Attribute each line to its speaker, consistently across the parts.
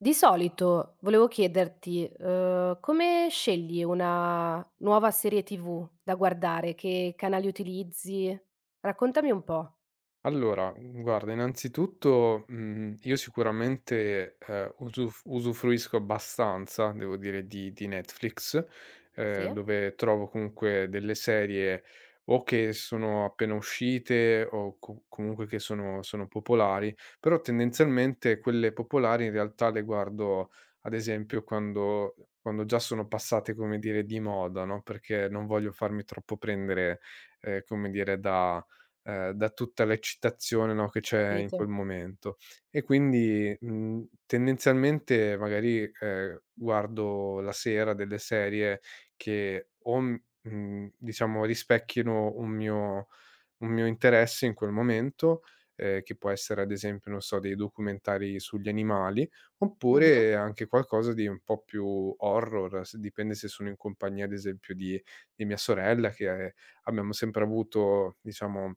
Speaker 1: Di solito volevo chiederti, come scegli una nuova serie TV da guardare? Che canali utilizzi? Raccontami un po'.
Speaker 2: Allora, guarda innanzitutto, io sicuramente, usufruisco abbastanza, devo dire, di Netflix,
Speaker 1: Sì, ho
Speaker 2: dove trovo comunque delle serie o che sono appena uscite o co comunque che sono popolari. Però tendenzialmente quelle popolari in realtà le guardo, ad esempio, quando già sono passate, come dire, di moda, no, perché non voglio farmi troppo prendere, come dire, da da tutta l'eccitazione, no, che c'è in
Speaker 1: capito.
Speaker 2: quel momento. E quindi, tendenzialmente magari, guardo la sera delle serie che diciamo rispecchiano un mio interesse in quel momento, che può essere ad esempio, non so, dei documentari sugli animali,
Speaker 1: Mh-mh.
Speaker 2: oppure anche qualcosa di un po' più horror. S Dipende se sono in compagnia, ad esempio, di mia sorella abbiamo sempre avuto, diciamo,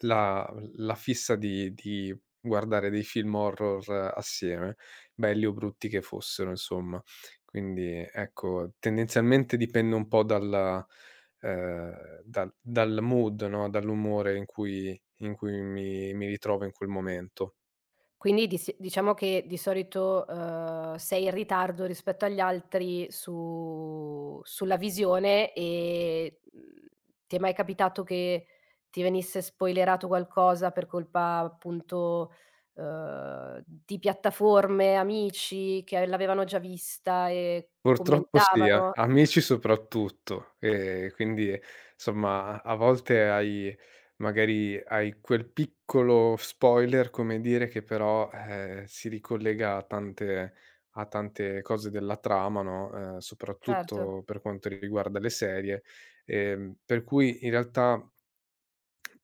Speaker 2: la la fissa di guardare dei film horror assieme, belli o brutti che fossero insomma. Quindi ecco, tendenzialmente dipende un po' dal mood, no, dall'umore in cui mi ritrovo in quel momento.
Speaker 1: Quindi di si diciamo che di solito, sei in ritardo rispetto agli altri su sulla visione e, ti è mai capitato che ti venisse spoilerato qualcosa per colpa appunto, di piattaforme, amici che l'avevano già vista e
Speaker 2: Purtroppo sì, a
Speaker 1: commentavano?
Speaker 2: amici soprattutto. Quindi somma a volte hai, magari, hai quel piccolo spoiler, come dire, che però, si ricollega a tante cose della trama, no,
Speaker 1: Certo.
Speaker 2: soprattutto per quanto riguarda le serie, per cui in realtà.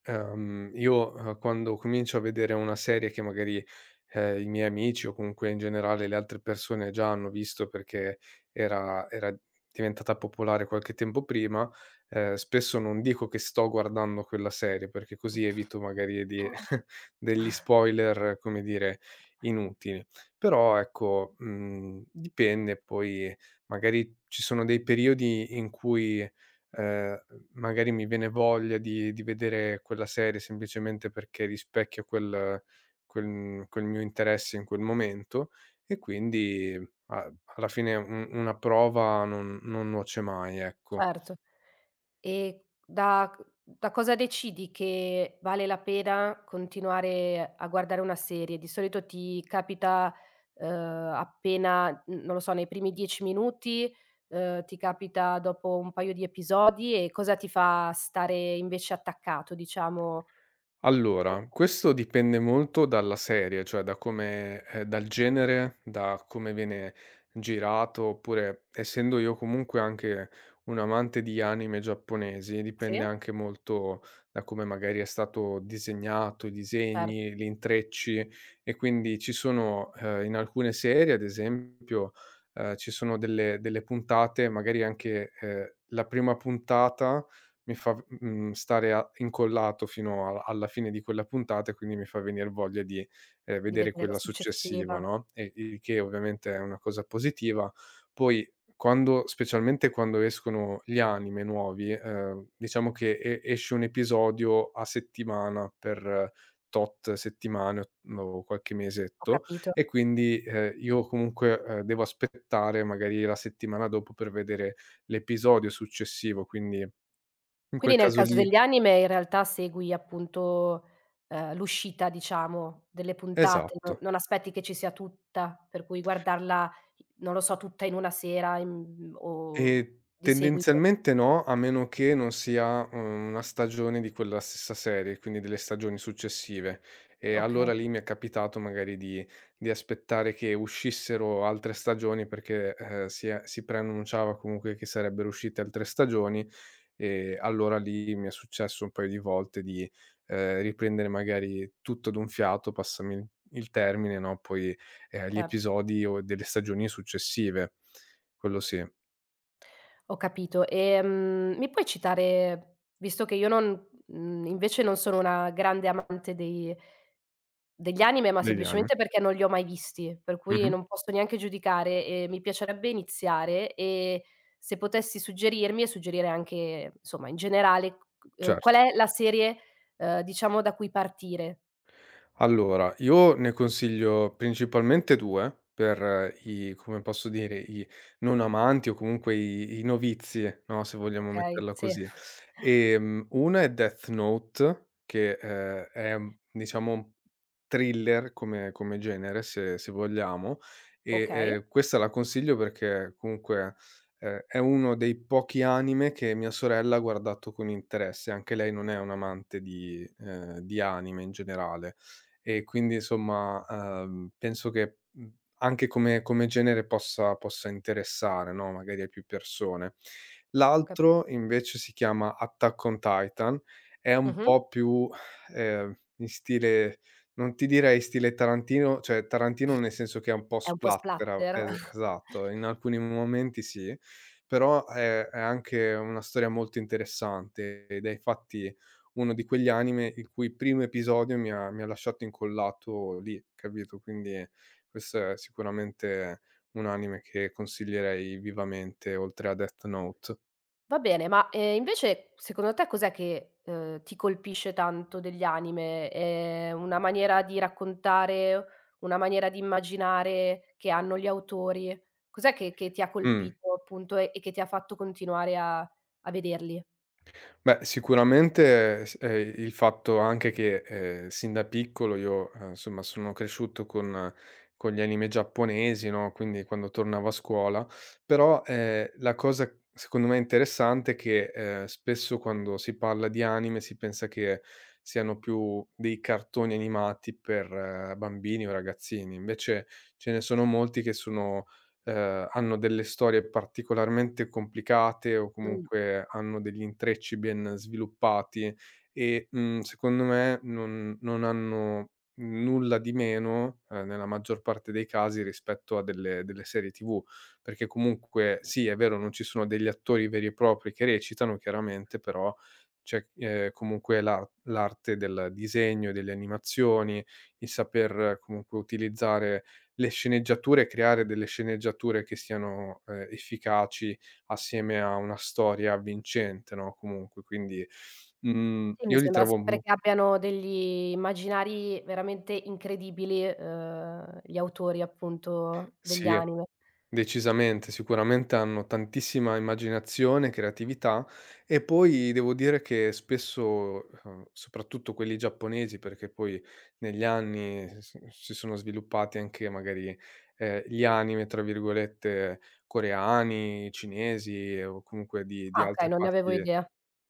Speaker 2: Io, quando comincio a vedere una serie che, magari, i miei amici o comunque in generale le altre persone già hanno visto perché era diventata popolare qualche tempo prima, spesso non dico che sto guardando quella serie, perché così evito, magari, di degli spoiler, come dire, inutili. Però ecco, dipende. Poi magari ci sono dei periodi in cui, ehm, magari, mi viene voglia di vedere quella serie semplicemente perché rispecchia quel mio interesse in quel momento, e quindi a alla fine un una prova non nuoce mai, ecco.
Speaker 1: Certo. E da cosa decidi che vale la pena continuare a guardare una serie? Di solito ti capita, uhm, appena n non lo so, nei primi 10 minuti, ti capita dopo un paio di episodi? E cosa ti fa stare invece attaccato, diciamo? O
Speaker 2: Allora, questo dipende molto dalla serie, cioè da come dal genere, da come viene girato, oppure, essendo io comunque anche un amante di anime giapponesi,
Speaker 1: sì?
Speaker 2: dipende anche molto da come magari è stato disegnato, i
Speaker 1: Certo,
Speaker 2: disegni, gli intrecci. E quindi ci sono, in alcune serie, ad esempio, ci sono delle puntate, magari anche, la prima puntata mi fa, stare a incollato fino a alla fine di quella puntata, e quindi mi fa venir voglia di,
Speaker 1: di
Speaker 2: vedere
Speaker 1: vedere la
Speaker 2: quella successiva,
Speaker 1: successiva.
Speaker 2: no, e il che ovviamente è una cosa positiva. Poi, quando specialmente quando escono gli anime nuovi, diciamo che esce un episodio a settimana per tot settimane o qualche
Speaker 1: Ho
Speaker 2: mesetto,
Speaker 1: capito.
Speaker 2: e quindi, io comunque, devo aspettare magari la settimana dopo per vedere l'episodio successivo, quindi in quel
Speaker 1: Quindi nel
Speaker 2: caso
Speaker 1: caso
Speaker 2: lì.
Speaker 1: degli anime in realtà segui appunto, l'uscita, diciamo, delle puntate, no?
Speaker 2: Esatto.
Speaker 1: Non aspetti che ci sia tutta, per cui guardarla, non lo so, tutta in una sera in o di seguito.
Speaker 2: Tendenzialmente no, a meno che non sia, una stagione di quella stessa serie, quindi delle stagioni successive. E
Speaker 1: Okay,
Speaker 2: allora lì mi è capitato magari di aspettare che uscissero altre stagioni perché, si preannunciava comunque che sarebbero uscite altre stagioni, e allora lì mi è successo un paio di volte di, riprendere magari tutto d'un fiato, passami il termine, no, poi, gli
Speaker 1: certo.
Speaker 2: episodi o delle stagioni successive. Quello sì.
Speaker 1: Ho capito. Mi puoi citare, visto che io non invece non sono una grande amante dei degli anime, ma
Speaker 2: Degli anime.
Speaker 1: semplicemente perché non li ho mai visti, per cui
Speaker 2: Mh-mh.
Speaker 1: non posso neanche giudicare e mi piacerebbe iniziare? E se potessi suggerirmi e suggerire anche, insomma, in generale, c qual
Speaker 2: Certo.
Speaker 1: è la serie, diciamo, da cui partire,
Speaker 2: Allora, io ne consiglio principalmente 2 per i come posso dire, i non amanti o comunque i novizi, no, se vogliamo
Speaker 1: okay?
Speaker 2: metterla
Speaker 1: Sì.
Speaker 2: così. Una è Death Note che, è un diciamo un thriller come genere, se vogliamo, e,
Speaker 1: Okay,
Speaker 2: questa la consiglio perché comunque, è uno dei pochi anime che mia sorella ha guardato con interesse. Anche lei non è un'amante di anime in generale. E quindi insomma, penso che, anche come genere possa interessare, no, magari a più persone.
Speaker 1: ho capito.
Speaker 2: L'altro invece si chiama Attack on Titan, è un
Speaker 1: Mh-mh.
Speaker 2: po' più, in stile, non ti direi stile Tarantino, cioè Tarantino nel senso che è un po'
Speaker 1: È un po'
Speaker 2: splatter, a
Speaker 1: splatter?
Speaker 2: es esatto, in alcuni momenti sì, però è anche una storia molto interessante, ed è infatti uno di quegli anime il cui primo episodio mi ha lasciato incollato lì, capito, quindi questo è sicuramente un anime che consiglierei vivamente oltre a Death Note.
Speaker 1: Va bene, ma, invece secondo te cos'è che, ti colpisce tanto degli anime? Una maniera di raccontare, una maniera di immaginare che hanno gli autori? Cos'è che ti ha
Speaker 2: Mh.
Speaker 1: colpito appunto e che ti ha fatto continuare a vederli?
Speaker 2: Beh, sicuramente, s il fatto anche che, sin da piccolo io, insomma, sono cresciuto con gli anime giapponesi, no, quindi quando tornavo a scuola. Però, la cosa secondo me interessante è che, spesso quando si parla di anime si pensa che siano più dei cartoni animati per bambini o ragazzini, invece ce ne sono molti che sono hanno delle storie particolarmente complicate o
Speaker 1: Mh,
Speaker 2: comunque hanno degli intrecci ben sviluppati, e, secondo me, non hanno nulla di meno, nella maggior parte dei casi, rispetto a delle serie TV. Perché comunque sì, è vero, non ci sono degli attori veri e propri che recitano, chiaramente, però c'è, comunque la l'arte del disegno, delle animazioni, il saper, comunque utilizzare le sceneggiature e creare delle sceneggiature che siano, efficaci, assieme a una storia vincente, no, comunque. Quindi,
Speaker 1: sì, mi
Speaker 2: io li
Speaker 1: sembra
Speaker 2: trovo
Speaker 1: sempre
Speaker 2: mo
Speaker 1: che abbiano degli immaginari veramente incredibili, gli autori appunto degli
Speaker 2: sì.
Speaker 1: anime.
Speaker 2: Decisamente, sicuramente hanno tantissima immaginazione, creatività, e poi devo dire che spesso, soprattutto quelli giapponesi, perché poi negli anni s si sono sviluppati anche magari, gli anime, tra virgolette, coreani, cinesi, o comunque di
Speaker 1: Ah, okay,
Speaker 2: altre
Speaker 1: non ne avevo
Speaker 2: parti,
Speaker 1: idea.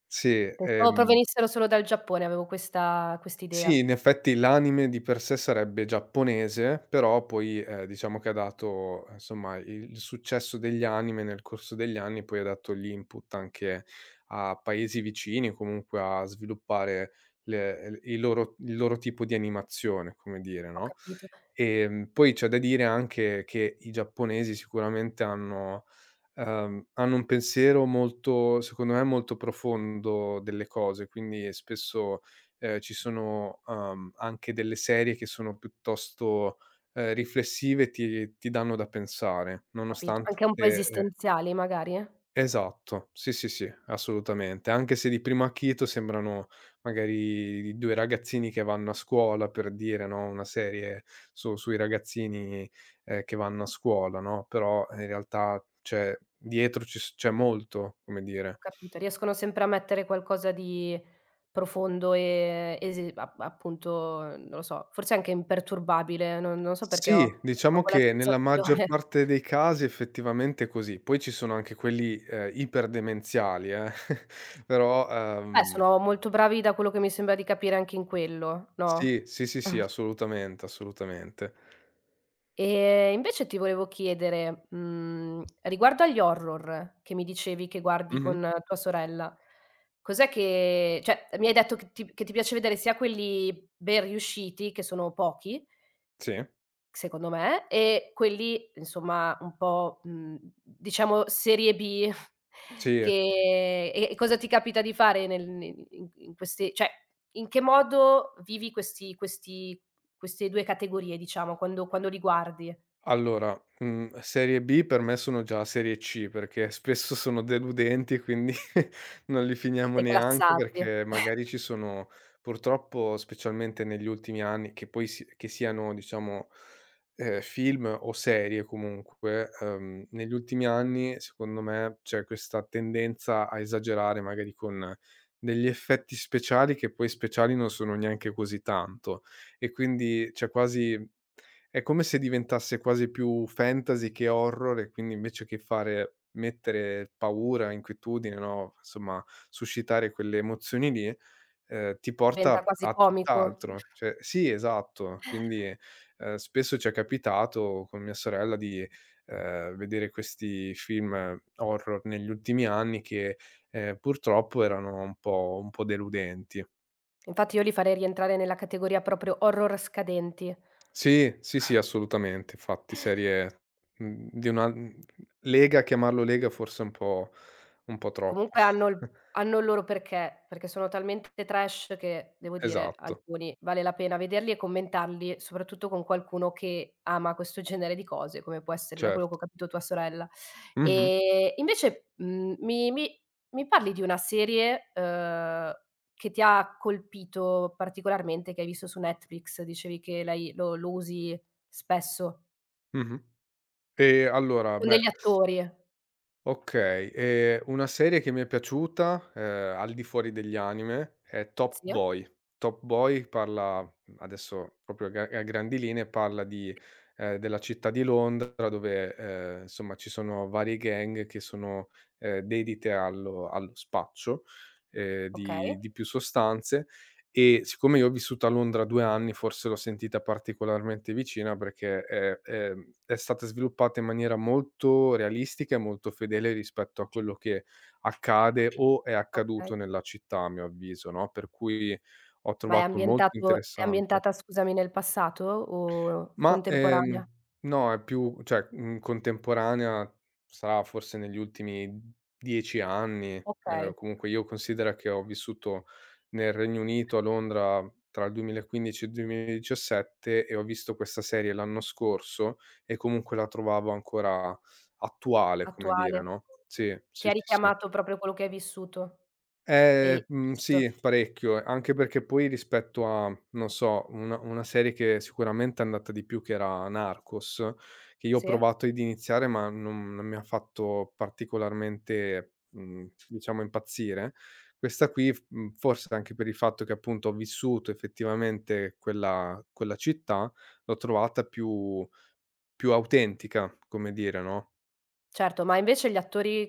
Speaker 2: sì.
Speaker 1: Pensavo provenissero solo dal Giappone, avevo questa quest'idea.
Speaker 2: Sì, in effetti l'anime di per sé sarebbe giapponese, però poi, diciamo che ha dato, insomma, il successo degli anime nel corso degli anni poi ha dato l'input anche a paesi vicini, comunque, a sviluppare le l i loro il loro tipo di animazione, come dire,
Speaker 1: Ho
Speaker 2: no.
Speaker 1: capito,
Speaker 2: Poi c'è da dire anche che i giapponesi sicuramente hanno, hanno un pensiero molto, secondo me molto profondo, delle cose, quindi spesso, ci sono, anche delle serie che sono piuttosto, riflessive, e ti danno da pensare,
Speaker 1: capito.
Speaker 2: nonostante,
Speaker 1: Anche un po'
Speaker 2: ehm
Speaker 1: esistenziali magari? Eh?
Speaker 2: Esatto, sì, sì, sì, assolutamente. Anche se di primo acchito sembrano magari 2 ragazzini che vanno a scuola, per dire, no, una serie su sui ragazzini, che vanno a scuola, no, però in realtà, cioè, dietro ci s c'è molto, come
Speaker 1: Ho
Speaker 2: dire.
Speaker 1: capito. Riescono sempre a mettere qualcosa di profondo e esi a appunto, non lo so, forse anche imperturbabile, non so perché
Speaker 2: Sì,
Speaker 1: ho
Speaker 2: diciamo
Speaker 1: quella
Speaker 2: che nella maggior
Speaker 1: sensazione.
Speaker 2: parte dei casi effettivamente è così. Poi ci sono anche quelli, iperdemenziali, però,
Speaker 1: Beh, sono molto bravi, da quello che mi sembra di capire, anche in quello,
Speaker 2: sì,
Speaker 1: no?
Speaker 2: sì, sì, sì, assolutamente, assolutamente.
Speaker 1: Invece ti volevo chiedere, riguardo agli horror che mi dicevi che guardi
Speaker 2: Mh-mh.
Speaker 1: con tua sorella, cos'è che, cioè, mi hai detto che ti piace vedere sia quelli ben riusciti, che sono pochi
Speaker 2: Sì,
Speaker 1: secondo me, e quelli insomma un po', mhmm, diciamo serie B
Speaker 2: sì.
Speaker 1: che e cosa ti capita di fare nel in queste, cioè in che modo vivi questi questi queste 2 categorie, diciamo, quando li guardi?
Speaker 2: Allora, serie B per me sono già serie C, perché spesso sono deludenti, quindi non li finiamo neanche,
Speaker 1: Declassati,
Speaker 2: perché
Speaker 1: eh.
Speaker 2: magari ci sono, purtroppo, specialmente negli ultimi anni, che poi che siano, diciamo, film o serie, comunque, negli ultimi anni secondo me c'è questa tendenza a esagerare magari con degli effetti speciali che poi speciali non sono neanche così tanto, e quindi c'è quasi. È come se diventasse quasi più fantasy che horror, e quindi invece che fare mettere paura, inquietudine, no, insomma, suscitare quelle emozioni lì, ti
Speaker 1: Diventa
Speaker 2: porta
Speaker 1: quasi
Speaker 2: a
Speaker 1: comico.
Speaker 2: tutt'altro. Cioè sì, esatto. Quindi, spesso ci è capitato con mia sorella di, vedere questi film horror negli ultimi anni che, purtroppo, erano un po' deludenti.
Speaker 1: Infatti io li farei rientrare nella categoria proprio horror scadenti.
Speaker 2: Sì, sì, sì, assolutamente. Infatti serie, di una, lega, chiamarlo lega forse è un po' troppo.
Speaker 1: Comunque hanno il hanno il loro perché, perché sono talmente trash che devo dire
Speaker 2: Esatto,
Speaker 1: alcuni vale la pena vederli e commentarli, soprattutto con qualcuno che ama questo genere di cose, come può essere, da quello che ho
Speaker 2: certo.
Speaker 1: capito, tua sorella.
Speaker 2: Mh-mh,
Speaker 1: Invece, mhmm, mi mi mi parli di una serie, che ti ha colpito particolarmente, che hai visto su Netflix? Dicevi che l'hai lo lo usi spesso,
Speaker 2: mh-mh. E allora,
Speaker 1: con degli
Speaker 2: beh.
Speaker 1: attori.
Speaker 2: Okay, una serie che mi è piaciuta, al di fuori degli anime, è Top
Speaker 1: Sì?
Speaker 2: Boy. Top Boy parla, adesso proprio a grandi linee, parla di della città di Londra dove, insomma, ci sono varie gang che sono, dedite allo spaccio, di
Speaker 1: Okay,
Speaker 2: di più sostanze, e siccome io ho vissuto a Londra 2 anni, forse l'ho sentita particolarmente vicina perché è stata sviluppata in maniera molto realistica e molto fedele rispetto a quello che accade o è
Speaker 1: okay.
Speaker 2: accaduto nella città, a mio avviso, no, per cui ho
Speaker 1: Ma è
Speaker 2: trovato molto
Speaker 1: ambientato, è
Speaker 2: interessante.
Speaker 1: ambientata, scusami, nel passato o
Speaker 2: Ma,
Speaker 1: contemporanea?
Speaker 2: no, è più, cioè, contemporanea, sarà forse negli ultimi 10 anni.
Speaker 1: Okay,
Speaker 2: Comunque, io, considera che ho vissuto nel Regno Unito, a Londra, tra il 2015 e il 2017, e ho visto questa serie l'anno scorso, e comunque la trovavo ancora attuale, come dire,
Speaker 1: attuale.
Speaker 2: no? Sì,
Speaker 1: Ti
Speaker 2: sì,
Speaker 1: ha
Speaker 2: sì, sì.
Speaker 1: richiamato proprio quello che hai vissuto e hai
Speaker 2: Mhmm,
Speaker 1: visto.
Speaker 2: sì, parecchio, anche perché poi rispetto a, non so, una serie che sicuramente è andata di più, che era Narcos, che io ho
Speaker 1: Sì?
Speaker 2: provato ad iniziare ma non mi ha fatto particolarmente, diciamo, impazzire. Questa qui, forse anche per il fatto che appunto ho vissuto effettivamente quella città, l'ho trovata più autentica, come dire, no,
Speaker 1: Certo, ma invece gli attori,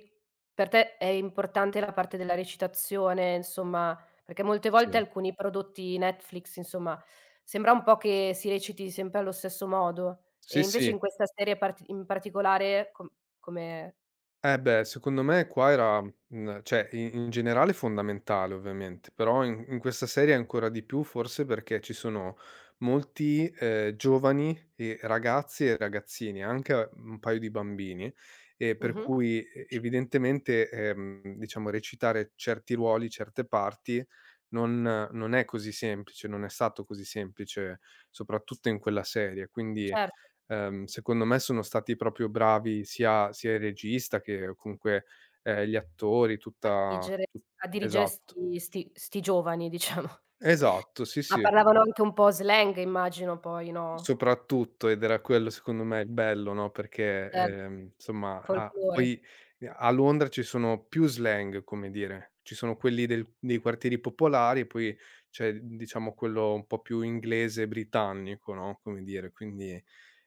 Speaker 1: per te è importante la parte della recitazione, insomma, perché molte volte
Speaker 2: sì.
Speaker 1: alcuni prodotti Netflix, insomma, sembra un po' che si reciti sempre allo stesso modo, e
Speaker 2: Sì,
Speaker 1: invece
Speaker 2: sì.
Speaker 1: in questa serie parti in particolare come
Speaker 2: Eh beh, secondo me qua era, cioè, i in generale fondamentale ovviamente, però in questa serie ancora di più, forse perché ci sono molti, giovani e ragazzi e ragazzini, anche un paio di bambini, e per
Speaker 1: mh-mh,
Speaker 2: cui, evidentemente, diciamo, recitare certi ruoli, certe parti non non è così semplice, non è stato così semplice, soprattutto in quella serie. Quindi,
Speaker 1: cer
Speaker 2: Secondo me sono stati proprio bravi sia il regista che comunque, gli attori,
Speaker 1: A
Speaker 2: tutta
Speaker 1: dirigere,
Speaker 2: tu
Speaker 1: a dirigere
Speaker 2: esatto.
Speaker 1: 'sti giovani, diciamo.
Speaker 2: Esatto, sì,
Speaker 1: Ma
Speaker 2: sì.
Speaker 1: parlavano anche un po' slang, immagino poi, no,
Speaker 2: Soprattutto, ed era quello secondo me il bello, no, perché,
Speaker 1: cioè
Speaker 2: insomma,
Speaker 1: folklore.
Speaker 2: a Londra ci sono più slang, come dire, ci sono quelli del dei quartieri popolari e poi c'è, diciamo, quello un po' più inglese britannico, no, come dire, quindi,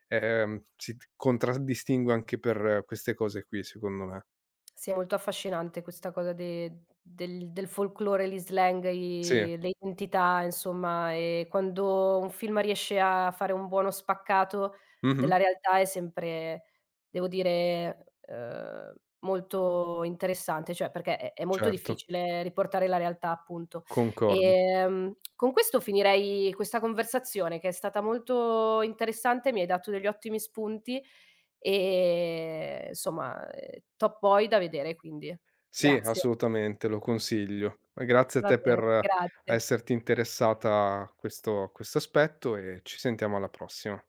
Speaker 2: si t contraddistingue anche per queste cose qui, secondo me.
Speaker 1: Sì, è molto affascinante questa cosa de del del folklore, gli slang,
Speaker 2: Sì,
Speaker 1: i le identità, insomma, e quando un film riesce a fare un buono spaccato
Speaker 2: mh-mh,
Speaker 1: della realtà è sempre, devo dire, molto interessante, cioè perché è molto
Speaker 2: certo,
Speaker 1: difficile riportare la realtà, appunto.
Speaker 2: concordo.
Speaker 1: Con questo finirei questa conversazione, che è stata molto interessante. Mi hai dato degli ottimi spunti. Insomma, Top Boy da vedere, quindi.
Speaker 2: Sì,
Speaker 1: Grazie.
Speaker 2: assolutamente, lo consiglio. E grazie a
Speaker 1: Va
Speaker 2: te per
Speaker 1: bene, grazie.
Speaker 2: esserti interessata a questo aspetto, e ci sentiamo alla prossima.